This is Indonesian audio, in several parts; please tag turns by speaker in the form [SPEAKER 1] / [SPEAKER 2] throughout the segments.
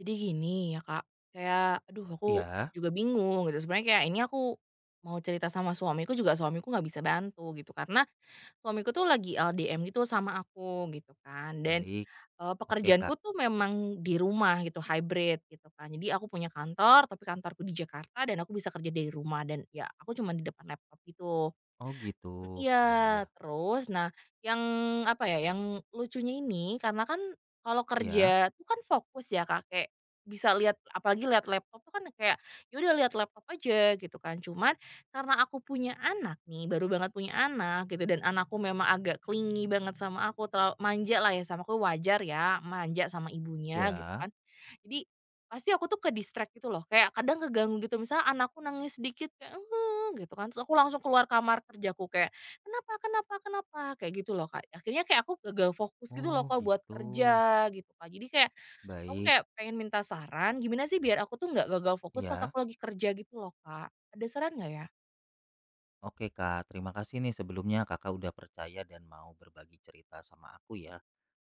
[SPEAKER 1] Jadi gini ya Kak, kayak aduh aku
[SPEAKER 2] Iya,
[SPEAKER 1] juga bingung gitu, sebenarnya kayak ini aku mau cerita sama suamiku juga suamiku nggak bisa bantu gitu, karena suamiku tuh lagi LDM gitu sama aku gitu kan, dan,
[SPEAKER 2] baik. Oke, Kak.
[SPEAKER 1] pekerjaanku tuh memang di rumah gitu, hybrid gitu kan. Jadi aku punya kantor, tapi kantorku di Jakarta dan aku bisa kerja dari rumah dan ya aku cuma di depan laptop gitu.
[SPEAKER 2] Oh, gitu.
[SPEAKER 1] Iya,
[SPEAKER 2] Iya iya.
[SPEAKER 1] terus nah yang, apa ya, yang lucunya ini karena kan kalau
[SPEAKER 2] Iya.
[SPEAKER 1] kerja tuh kan fokus ya, Kak, kayak bisa lihat apalagi lihat laptop tuh kan kayak, ya udah lihat laptop aja gitu kan. Cuman karena aku punya anak nih, baru banget punya anak gitu dan anakku memang agak clingy banget sama aku, terlalu manja lah ya sama aku, wajar ya manja sama ibunya gitu
[SPEAKER 2] Iya.
[SPEAKER 1] kan. Jadi pasti aku tuh ke-distract gitu loh, kayak kadang keganggu gitu, misalnya anakku nangis sedikit kayak, "Eh," gitu kan, terus aku langsung keluar kamar kerjaku kayak, "Kenapa kenapa kenapa?" Kayak gitu loh, Kak. Akhirnya kayak aku gagal fokus gitu loh,
[SPEAKER 2] Oh,
[SPEAKER 1] Kak, buat
[SPEAKER 2] gitu.
[SPEAKER 1] kerja gitu, Kak. Jadi kayak aku
[SPEAKER 2] Baik.
[SPEAKER 1] kayak pengen minta saran gimana sih biar aku tuh nggak gagal fokus pas
[SPEAKER 2] Iya.
[SPEAKER 1] aku lagi kerja gitu loh, Kak. Ada saran nggak ya?
[SPEAKER 2] Oke, Kak. Terima kasih nih sebelumnya Kakak udah percaya dan mau berbagi cerita sama aku ya.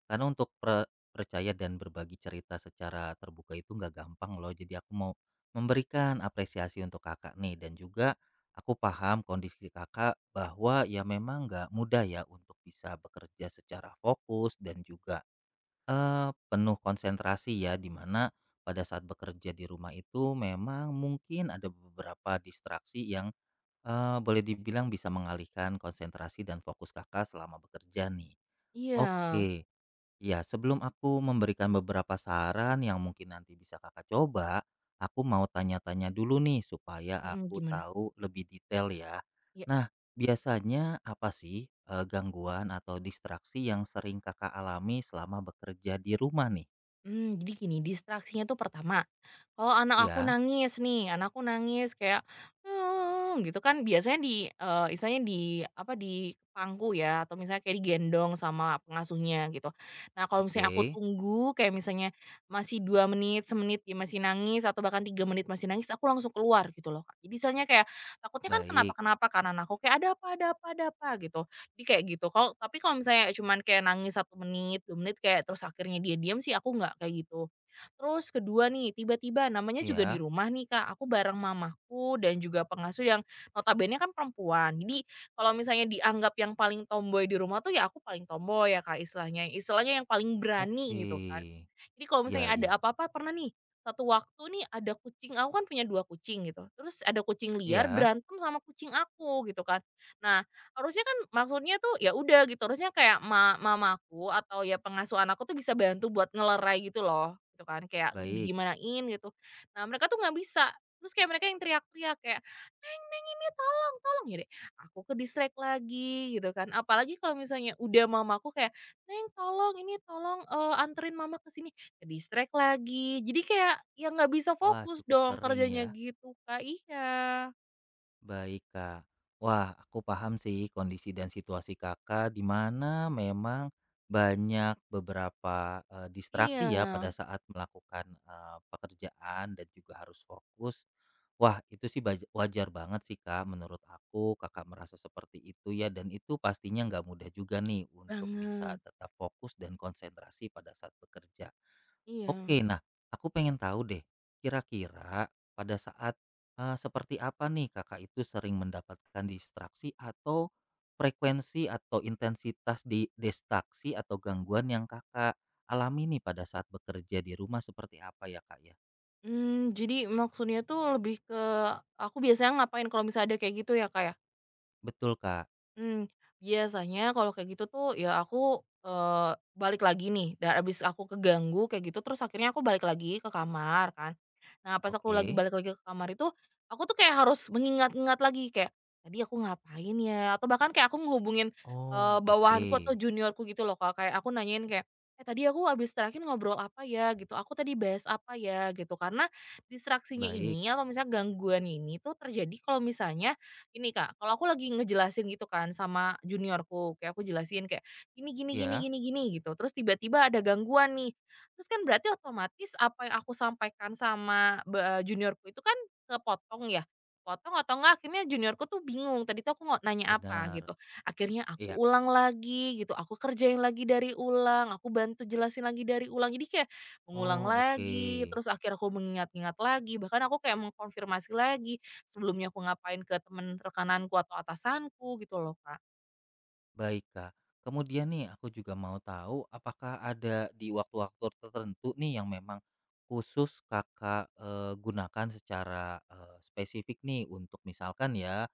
[SPEAKER 2] Karena untuk percaya dan berbagi cerita secara terbuka itu nggak gampang loh. Jadi aku mau memberikan apresiasi untuk Kakak nih dan juga aku paham kondisi Kakak bahwa ya memang nggak mudah ya untuk bisa bekerja secara fokus dan juga penuh konsentrasi ya, di mana pada saat bekerja di rumah itu memang mungkin ada beberapa distraksi yang, boleh dibilang bisa mengalihkan konsentrasi dan fokus Kakak selama bekerja nih.
[SPEAKER 1] Iya,
[SPEAKER 2] Oke. Iya, sebelum aku memberikan beberapa saran yang mungkin nanti bisa Kakak coba, aku mau tanya-tanya dulu nih supaya
[SPEAKER 1] mhm,
[SPEAKER 2] aku
[SPEAKER 1] gimana?
[SPEAKER 2] tahu lebih detail ya.
[SPEAKER 1] Iya.
[SPEAKER 2] Nah, biasanya apa sih gangguan atau distraksi yang sering Kakak alami selama bekerja di rumah nih?
[SPEAKER 1] Mmm, jadi gini, distraksinya tuh pertama, kalau anak aku
[SPEAKER 2] Ya,
[SPEAKER 1] nangis nih, anakku nangis kayak, "Hmm," gitu kan biasanya di, istilahnya di, apa, di pangku ya atau misalnya kayak digendong sama pengasuhnya gitu. Nah, kalau misalnya aku
[SPEAKER 2] oke,
[SPEAKER 1] tunggu kayak misalnya masih 2 menit, semenit dia masih nangis atau bahkan 3 menit masih nangis, aku langsung keluar gitu loh, Kak. Jadi soalnya kayak takutnya kan
[SPEAKER 2] baik.
[SPEAKER 1] kenapa-kenapa karena anakku, kayak, "Ada apa ada apa ada apa?" Gitu. Jadi kayak gitu, kalau tapi kalau misalnya cuman kayak nangis 1 menit, 2 menit kayak terus akhirnya dia diam sih aku nggak kayak gitu. Terus kedua nih, tiba-tiba namanya juga di
[SPEAKER 2] Ya,
[SPEAKER 1] rumah nih, Kak, aku bareng mamaku dan juga pengasuh yang notabene kan perempuan. Jadi kalau misalnya dianggap yang paling tomboy di rumah tuh ya aku paling tomboy ya, Kak, istilahnya. Istilahnya yang paling berani
[SPEAKER 2] oke.
[SPEAKER 1] gitu kan. Jadi kalau
[SPEAKER 2] Ya,
[SPEAKER 1] misalnya ada
[SPEAKER 2] ya,
[SPEAKER 1] apa-apa pernah nih, satu waktu nih ada kucing aku kan punya 2 kucing gitu, terus ada kucing liar
[SPEAKER 2] ya,
[SPEAKER 1] berantem sama kucing aku gitu kan. Nah, harusnya kan maksudnya tuh ya udah gitu, harusnya kayak mamaku atau ya pengasuh anakku tuh bisa bantu buat ngelerai gitu loh, gitu kan, kayak
[SPEAKER 2] baik.
[SPEAKER 1] digimanain gitu. Nah, mereka tuh nggak bisa, terus kayak mereka yang teriak-teriak kayak, "Neng, Neng ini tolong, tolong!" Jadi aku ke-distract lagi gitu kan. Apalagi kalau misalnya udah mamaku kayak, "Neng tolong, ini tolong, anterin mama ke sini." Ke-distract lagi, jadi kayak ya nggak bisa
[SPEAKER 2] Wah,
[SPEAKER 1] fokus
[SPEAKER 2] cukup
[SPEAKER 1] dong
[SPEAKER 2] sering
[SPEAKER 1] kerjanya
[SPEAKER 2] ya.
[SPEAKER 1] gitu, Kak. Iya.
[SPEAKER 2] Baik, Kak. Wah, aku paham sih kondisi dan situasi Kakak di mana memang banyak beberapa distraksi
[SPEAKER 1] Iya,
[SPEAKER 2] ya pada saat melakukan pekerjaan dan juga harus fokus. Wah, itu sih wajar banget sih, Kak. Menurut aku, Kakak merasa seperti itu ya, dan itu pastinya nggak mudah juga nih untuk bisa
[SPEAKER 1] banget.
[SPEAKER 2] tetap fokus dan konsentrasi pada saat bekerja. Oke,
[SPEAKER 1] Iya.
[SPEAKER 2] nah aku pengen tahu deh, kira-kira pada saat, seperti apa nih Kakak itu sering mendapatkan distraksi atau frekuensi atau intensitas di distraksi atau gangguan yang Kakak alami nih pada saat bekerja di rumah seperti apa ya, Kak, ya?
[SPEAKER 1] Mmm, jadi maksudnya tuh lebih ke aku biasanya ngapain kalau misalnya ada kayak gitu ya, Kak, ya?
[SPEAKER 2] Betul, Kak.
[SPEAKER 1] Mmm, biasanya kalau kayak gitu tuh ya aku, balik lagi nih dan abis aku keganggu kayak gitu terus akhirnya aku balik lagi ke kamar kan. Nah pas aku lagi
[SPEAKER 2] Oke.
[SPEAKER 1] balik lagi ke kamar itu, aku tuh kayak harus mengingat-ingat lagi kayak, "Tadi aku ngapain ya?" Atau bahkan kayak aku ngehubungin,
[SPEAKER 2] Oh,
[SPEAKER 1] bawahanku atau
[SPEAKER 2] oke.
[SPEAKER 1] juniorku gitu loh, Kak, kayak aku nanyain kayak, "Eh tadi aku habis terakhir ngobrol apa ya?" Gitu, "Aku tadi bahas apa ya?" Gitu. Karena distraksinya
[SPEAKER 2] Baik.
[SPEAKER 1] ini atau misalnya gangguan ini tuh terjadi kalau misalnya ini Kak, kalau aku lagi ngejelasin gitu kan sama juniorku, kayak aku jelasin kayak, "Gini gini gini
[SPEAKER 2] Ya.
[SPEAKER 1] gini gini," gitu, terus tiba-tiba ada gangguan nih. Terus kan berarti otomatis apa yang aku sampaikan sama juniorku itu kan kepotong ya, potong atau enggak akhirnya juniorku tuh bingung, tadi tuh aku mau nanya apa
[SPEAKER 2] Benar.
[SPEAKER 1] gitu. Akhirnya aku
[SPEAKER 2] Ya.
[SPEAKER 1] ulang lagi gitu, aku kerjain lagi dari ulang, aku bantu jelasin lagi dari ulang. Jadi kayak mengulang
[SPEAKER 2] Oh, oke.
[SPEAKER 1] lagi, terus akhirnya aku mengingat-ingat lagi, bahkan aku kayak mengkonfirmasi lagi. Sebelumnya aku ngapain ke temen rekananku atau atasanku gitu loh, Kak.
[SPEAKER 2] Baik, Kak. Kemudian nih aku juga mau tahu apakah ada di waktu-waktu tertentu nih yang memang khusus Kakak, gunakan secara, spesifik nih untuk misalkan ya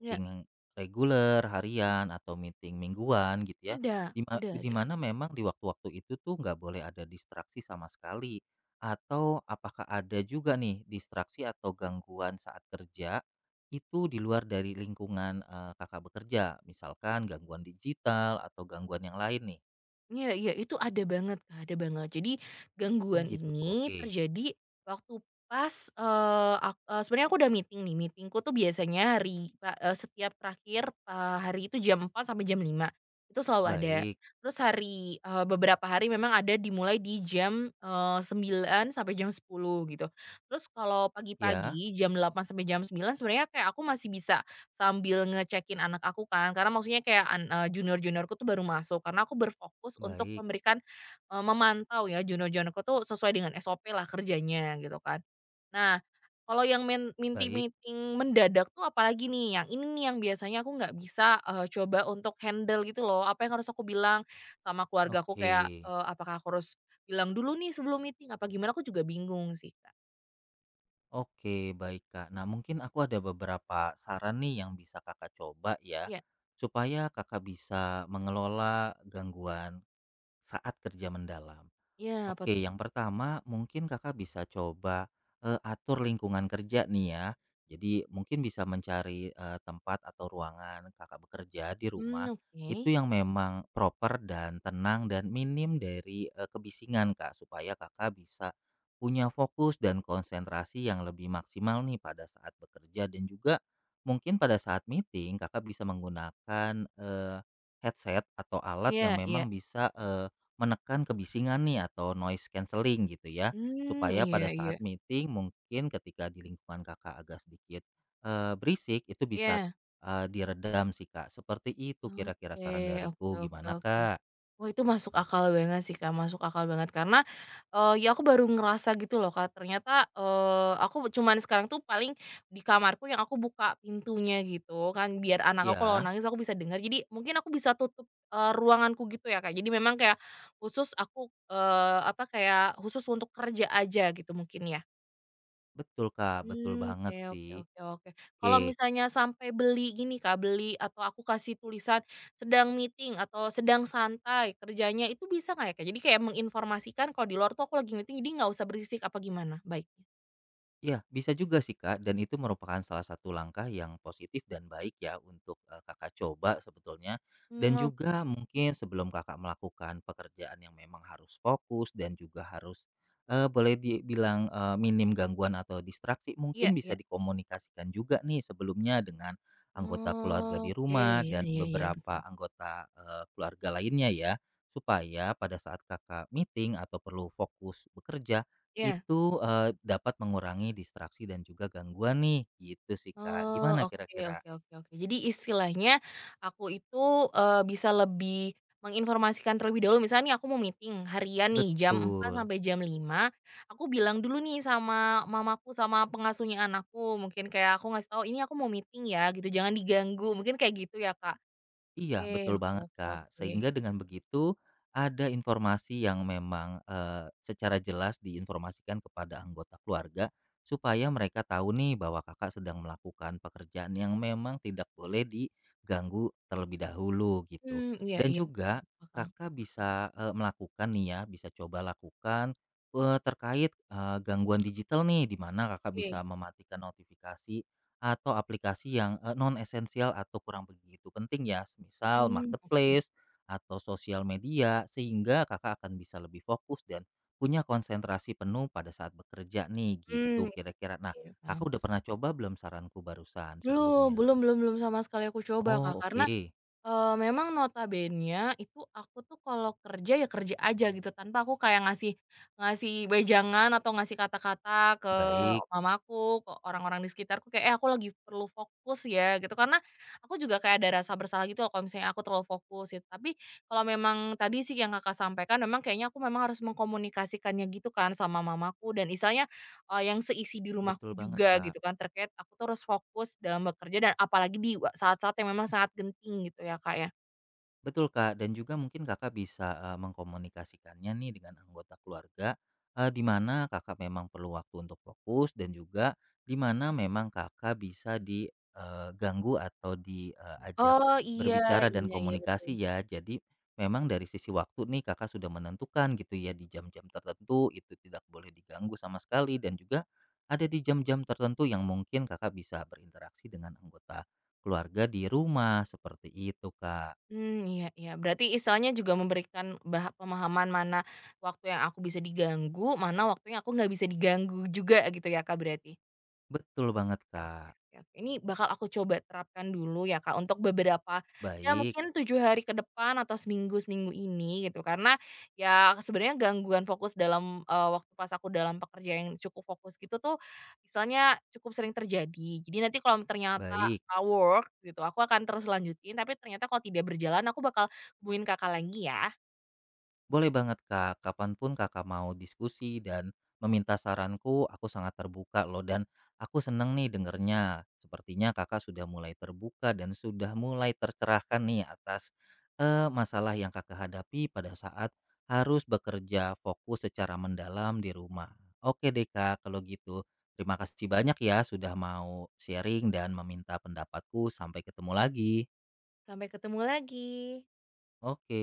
[SPEAKER 1] Ya,
[SPEAKER 2] reguler, harian, atau meeting mingguan gitu ya,
[SPEAKER 1] ada
[SPEAKER 2] di
[SPEAKER 1] ada.
[SPEAKER 2] mana memang di waktu-waktu itu tuh nggak boleh ada distraksi sama sekali? Atau apakah ada juga nih distraksi atau gangguan saat kerja itu di luar dari lingkungan, Kakak bekerja, misalkan gangguan digital atau gangguan yang lain nih?
[SPEAKER 1] Iya iya, itu ada banget Kak, ada banget. Jadi
[SPEAKER 2] Oh
[SPEAKER 1] gangguan
[SPEAKER 2] gitu,
[SPEAKER 1] ini
[SPEAKER 2] oke.
[SPEAKER 1] terjadi waktu pas, sebenarnya aku udah meeting nih, meetingku tuh biasanya setiap terakhir, hari itu jam 4 sampai jam 5 itu selalu ada.
[SPEAKER 2] Baik,
[SPEAKER 1] Terus beberapa hari memang ada dimulai di jam, 9.00 sampai jam 10 gitu. Terus kalau
[SPEAKER 2] ya,
[SPEAKER 1] pagi-pagi jam 8 sampai jam 9 sebenarnya kayak aku masih bisa sambil ngecekin anak aku kan, karena maksudnya kayak junior-juniorku tuh baru masuk, karena aku berfokus untuk
[SPEAKER 2] baik
[SPEAKER 1] memantau ya junior-juniorku tuh sesuai dengan SOP lah kerjanya gitu kan. Nah, kalau yang
[SPEAKER 2] baik,
[SPEAKER 1] minti-meeting mendadak tuh apalagi nih, yang ini nih yang biasanya aku nggak bisa, coba untuk handle gitu loh, apa yang harus aku bilang sama keluarga aku
[SPEAKER 2] oke.
[SPEAKER 1] kayak, apakah aku harus bilang dulu nih sebelum meeting apa gimana, aku juga bingung sih, Kak.
[SPEAKER 2] Oke, baik, Kak. Nah, mungkin aku ada beberapa saran nih yang bisa Kakak coba ya,
[SPEAKER 1] Iya
[SPEAKER 2] supaya Kakak bisa mengelola gangguan saat kerja mendalam.
[SPEAKER 1] iya, apa
[SPEAKER 2] Oke,
[SPEAKER 1] tuh,
[SPEAKER 2] yang
[SPEAKER 1] Kak?
[SPEAKER 2] pertama mungkin Kakak bisa coba, atur lingkungan kerja nih ya. Jadi mungkin bisa mencari, tempat atau ruangan Kakak bekerja di
[SPEAKER 1] Mmm,
[SPEAKER 2] rumah,
[SPEAKER 1] oke.
[SPEAKER 2] itu yang memang proper dan tenang dan minim dari, kebisingan Kak, supaya Kakak bisa punya fokus dan konsentrasi yang lebih maksimal nih pada saat bekerja dan juga mungkin pada saat meeting Kakak bisa menggunakan, headset atau alat yang
[SPEAKER 1] Iya iya.
[SPEAKER 2] memang bisa, menekan kebisingan nih atau noise cancelling gitu ya,
[SPEAKER 1] Mmm,
[SPEAKER 2] supaya pada
[SPEAKER 1] iya iya.
[SPEAKER 2] saat meeting mungkin ketika di lingkungan Kakak agak sedikit, berisik itu bisa,
[SPEAKER 1] Iya.
[SPEAKER 2] diredam sih, Kak. Seperti itu kira-kira saran
[SPEAKER 1] Oke oke
[SPEAKER 2] dariku,
[SPEAKER 1] oke
[SPEAKER 2] gimana,
[SPEAKER 1] oke.
[SPEAKER 2] Kak?
[SPEAKER 1] Wah, itu masuk akal banget sih, Kak, masuk akal banget karena, ya aku baru ngerasa gitu loh, Kak, ternyata, aku cuman sekarang tuh paling di kamarku yang aku buka pintunya gitu kan, biar anak aku kalau
[SPEAKER 2] Ya
[SPEAKER 1] nangis aku bisa dengar. Jadi mungkin aku bisa tutup, ruanganku gitu ya, Kak. Jadi memang kayak khusus aku, apa, kayak khusus untuk kerja aja gitu mungkin ya?
[SPEAKER 2] betul, Kak, betul
[SPEAKER 1] Mmm, oke
[SPEAKER 2] banget
[SPEAKER 1] oke
[SPEAKER 2] sih.
[SPEAKER 1] oke oke. Kalau
[SPEAKER 2] Oke.
[SPEAKER 1] misalnya sampai beli gini Kak, beli atau aku kasih tulisan sedang meeting atau sedang santai kerjanya, itu bisa nggak ya Kak? Jadi kayak menginformasikan kalau di luar tuh aku lagi meeting, jadi nggak usah berisik apa gimana baiknya?
[SPEAKER 2] Ya bisa juga sih Kak, dan itu merupakan salah satu langkah yang positif dan baik ya untuk Kakak coba sebetulnya.
[SPEAKER 1] Mmm,
[SPEAKER 2] Dan
[SPEAKER 1] oke.
[SPEAKER 2] juga mungkin sebelum Kakak melakukan pekerjaan yang memang harus fokus dan juga harus boleh dibilang minim gangguan atau distraksi,
[SPEAKER 1] Iya
[SPEAKER 2] mungkin bisa
[SPEAKER 1] iya.
[SPEAKER 2] dikomunikasikan juga nih sebelumnya dengan anggota keluarga
[SPEAKER 1] Oh,
[SPEAKER 2] di
[SPEAKER 1] oke,
[SPEAKER 2] rumah
[SPEAKER 1] iya
[SPEAKER 2] dan
[SPEAKER 1] iya iya, betul.
[SPEAKER 2] beberapa anggota keluarga lainnya ya, supaya pada saat Kakak meeting atau perlu fokus bekerja
[SPEAKER 1] Iya.
[SPEAKER 2] itu, dapat mengurangi distraksi dan juga gangguan nih, gitu sih, Kak.
[SPEAKER 1] Oh,
[SPEAKER 2] Gimana
[SPEAKER 1] oke
[SPEAKER 2] kira-kira?
[SPEAKER 1] oke oke oke. Jadi istilahnya aku itu, bisa lebih menginformasikan terlebih dahulu, misalnya nih aku mau meeting harian nih jam empat
[SPEAKER 2] Betul.
[SPEAKER 1] sampai jam lima aku bilang dulu nih sama mamaku, sama pengasuhnya anakku, mungkin kayak aku ngasih tahu, "Ini aku mau meeting ya," gitu, "jangan diganggu." Mungkin kayak gitu ya, Kak?
[SPEAKER 2] Iya,
[SPEAKER 1] Oke
[SPEAKER 2] betul
[SPEAKER 1] oke
[SPEAKER 2] banget,
[SPEAKER 1] oke
[SPEAKER 2] Kak.
[SPEAKER 1] oke.
[SPEAKER 2] Sehingga dengan begitu ada informasi yang memang, secara jelas diinformasikan kepada anggota keluarga supaya mereka tahu nih bahwa Kakak sedang melakukan pekerjaan yang memang tidak boleh diganggu terlebih dahulu gitu.
[SPEAKER 1] Hmm, iya
[SPEAKER 2] Dan
[SPEAKER 1] iya,
[SPEAKER 2] juga
[SPEAKER 1] masuk.
[SPEAKER 2] Kakak bisa, melakukan nih ya, bisa coba lakukan, terkait, gangguan digital nih, di mana Kakak bisa
[SPEAKER 1] Oke,
[SPEAKER 2] mematikan notifikasi atau aplikasi yang, non esensial atau kurang begitu penting ya, misal
[SPEAKER 1] hmm, oke.
[SPEAKER 2] marketplace atau sosial media, sehingga Kakak akan bisa lebih fokus dan punya konsentrasi penuh pada saat bekerja nih, gitu
[SPEAKER 1] Mmm,
[SPEAKER 2] kira-kira. Nah,
[SPEAKER 1] iya iya, paham.
[SPEAKER 2] Kakak udah pernah coba belum saranku barusan
[SPEAKER 1] Belum
[SPEAKER 2] sebelumnya?
[SPEAKER 1] belum belum belum sama sekali aku coba,
[SPEAKER 2] Oh,
[SPEAKER 1] Kak, karena
[SPEAKER 2] oke.
[SPEAKER 1] Memang notabene itu aku tuh kalau kerja ya kerja aja gitu, tanpa aku kayak ngasih ngasih wejangan atau ngasih kata-kata ke
[SPEAKER 2] Baik,
[SPEAKER 1] mamaku, ke orang-orang di sekitarku kayak, "Eh, aku lagi perlu fokus ya," gitu. Karena aku juga kayak ada rasa bersalah gitu loh kalau misalnya aku terlalu fokus gitu. Tapi kalau memang tadi sih yang Kakak sampaikan memang kayaknya aku memang harus mengkomunikasikannya gitu kan sama mamaku dan istilahnya yang seisi di rumahku
[SPEAKER 2] betul banget,
[SPEAKER 1] juga
[SPEAKER 2] Kak.
[SPEAKER 1] gitu kan terkait aku tuh harus fokus dalam bekerja dan apalagi di saat-saat yang memang sangat genting gitu ya, Kak, ya.
[SPEAKER 2] Betul, Kak, dan juga mungkin Kakak bisa, mengkomunikasikannya nih dengan anggota keluarga, di mana Kakak memang perlu waktu untuk fokus dan juga di mana memang Kakak bisa diganggu atau diajak
[SPEAKER 1] Oh, iya
[SPEAKER 2] berbicara dan
[SPEAKER 1] iya iya betul.
[SPEAKER 2] komunikasi ya. Jadi memang dari sisi waktu nih Kakak sudah menentukan gitu ya, di jam-jam tertentu itu tidak boleh diganggu sama sekali dan juga ada di jam-jam tertentu yang mungkin Kakak bisa berinteraksi dengan anggota keluarga di rumah, seperti itu, Kak.
[SPEAKER 1] Hmm, iya iya berarti istilahnya juga memberikan pemahaman mana waktu yang aku bisa diganggu, mana waktunya aku nggak bisa diganggu juga gitu ya, Kak, berarti?
[SPEAKER 2] Betul banget,
[SPEAKER 1] Oke oke
[SPEAKER 2] Kak.
[SPEAKER 1] oke. Ini bakal aku coba terapkan dulu ya, Kak, untuk beberapa ya
[SPEAKER 2] Baik,
[SPEAKER 1] mungkin 7 hari ke depan atau seminggu seminggu ini gitu. Karena ya sebenarnya gangguan fokus dalam, waktu pas aku dalam pekerja yang cukup fokus gitu tuh misalnya cukup sering terjadi. Jadi nanti kalau ternyata
[SPEAKER 2] baik.
[SPEAKER 1] work gitu, aku akan terus lanjutin, tapi ternyata kalau tidak berjalan aku bakal hubungin Kakak lagi ya.
[SPEAKER 2] Boleh banget, Kak. Kapanpun Kakak mau diskusi dan meminta saranku, aku sangat terbuka loh. Dan aku seneng nih dengernya. Sepertinya Kakak sudah mulai terbuka dan sudah mulai tercerahkan nih atas masalah yang Kakak hadapi pada saat harus bekerja fokus secara mendalam di rumah. Oke deh, Kak. Kalau gitu, terima kasih banyak ya sudah mau sharing dan meminta pendapatku. Sampai ketemu lagi.
[SPEAKER 1] Sampai ketemu lagi.
[SPEAKER 2] Oke.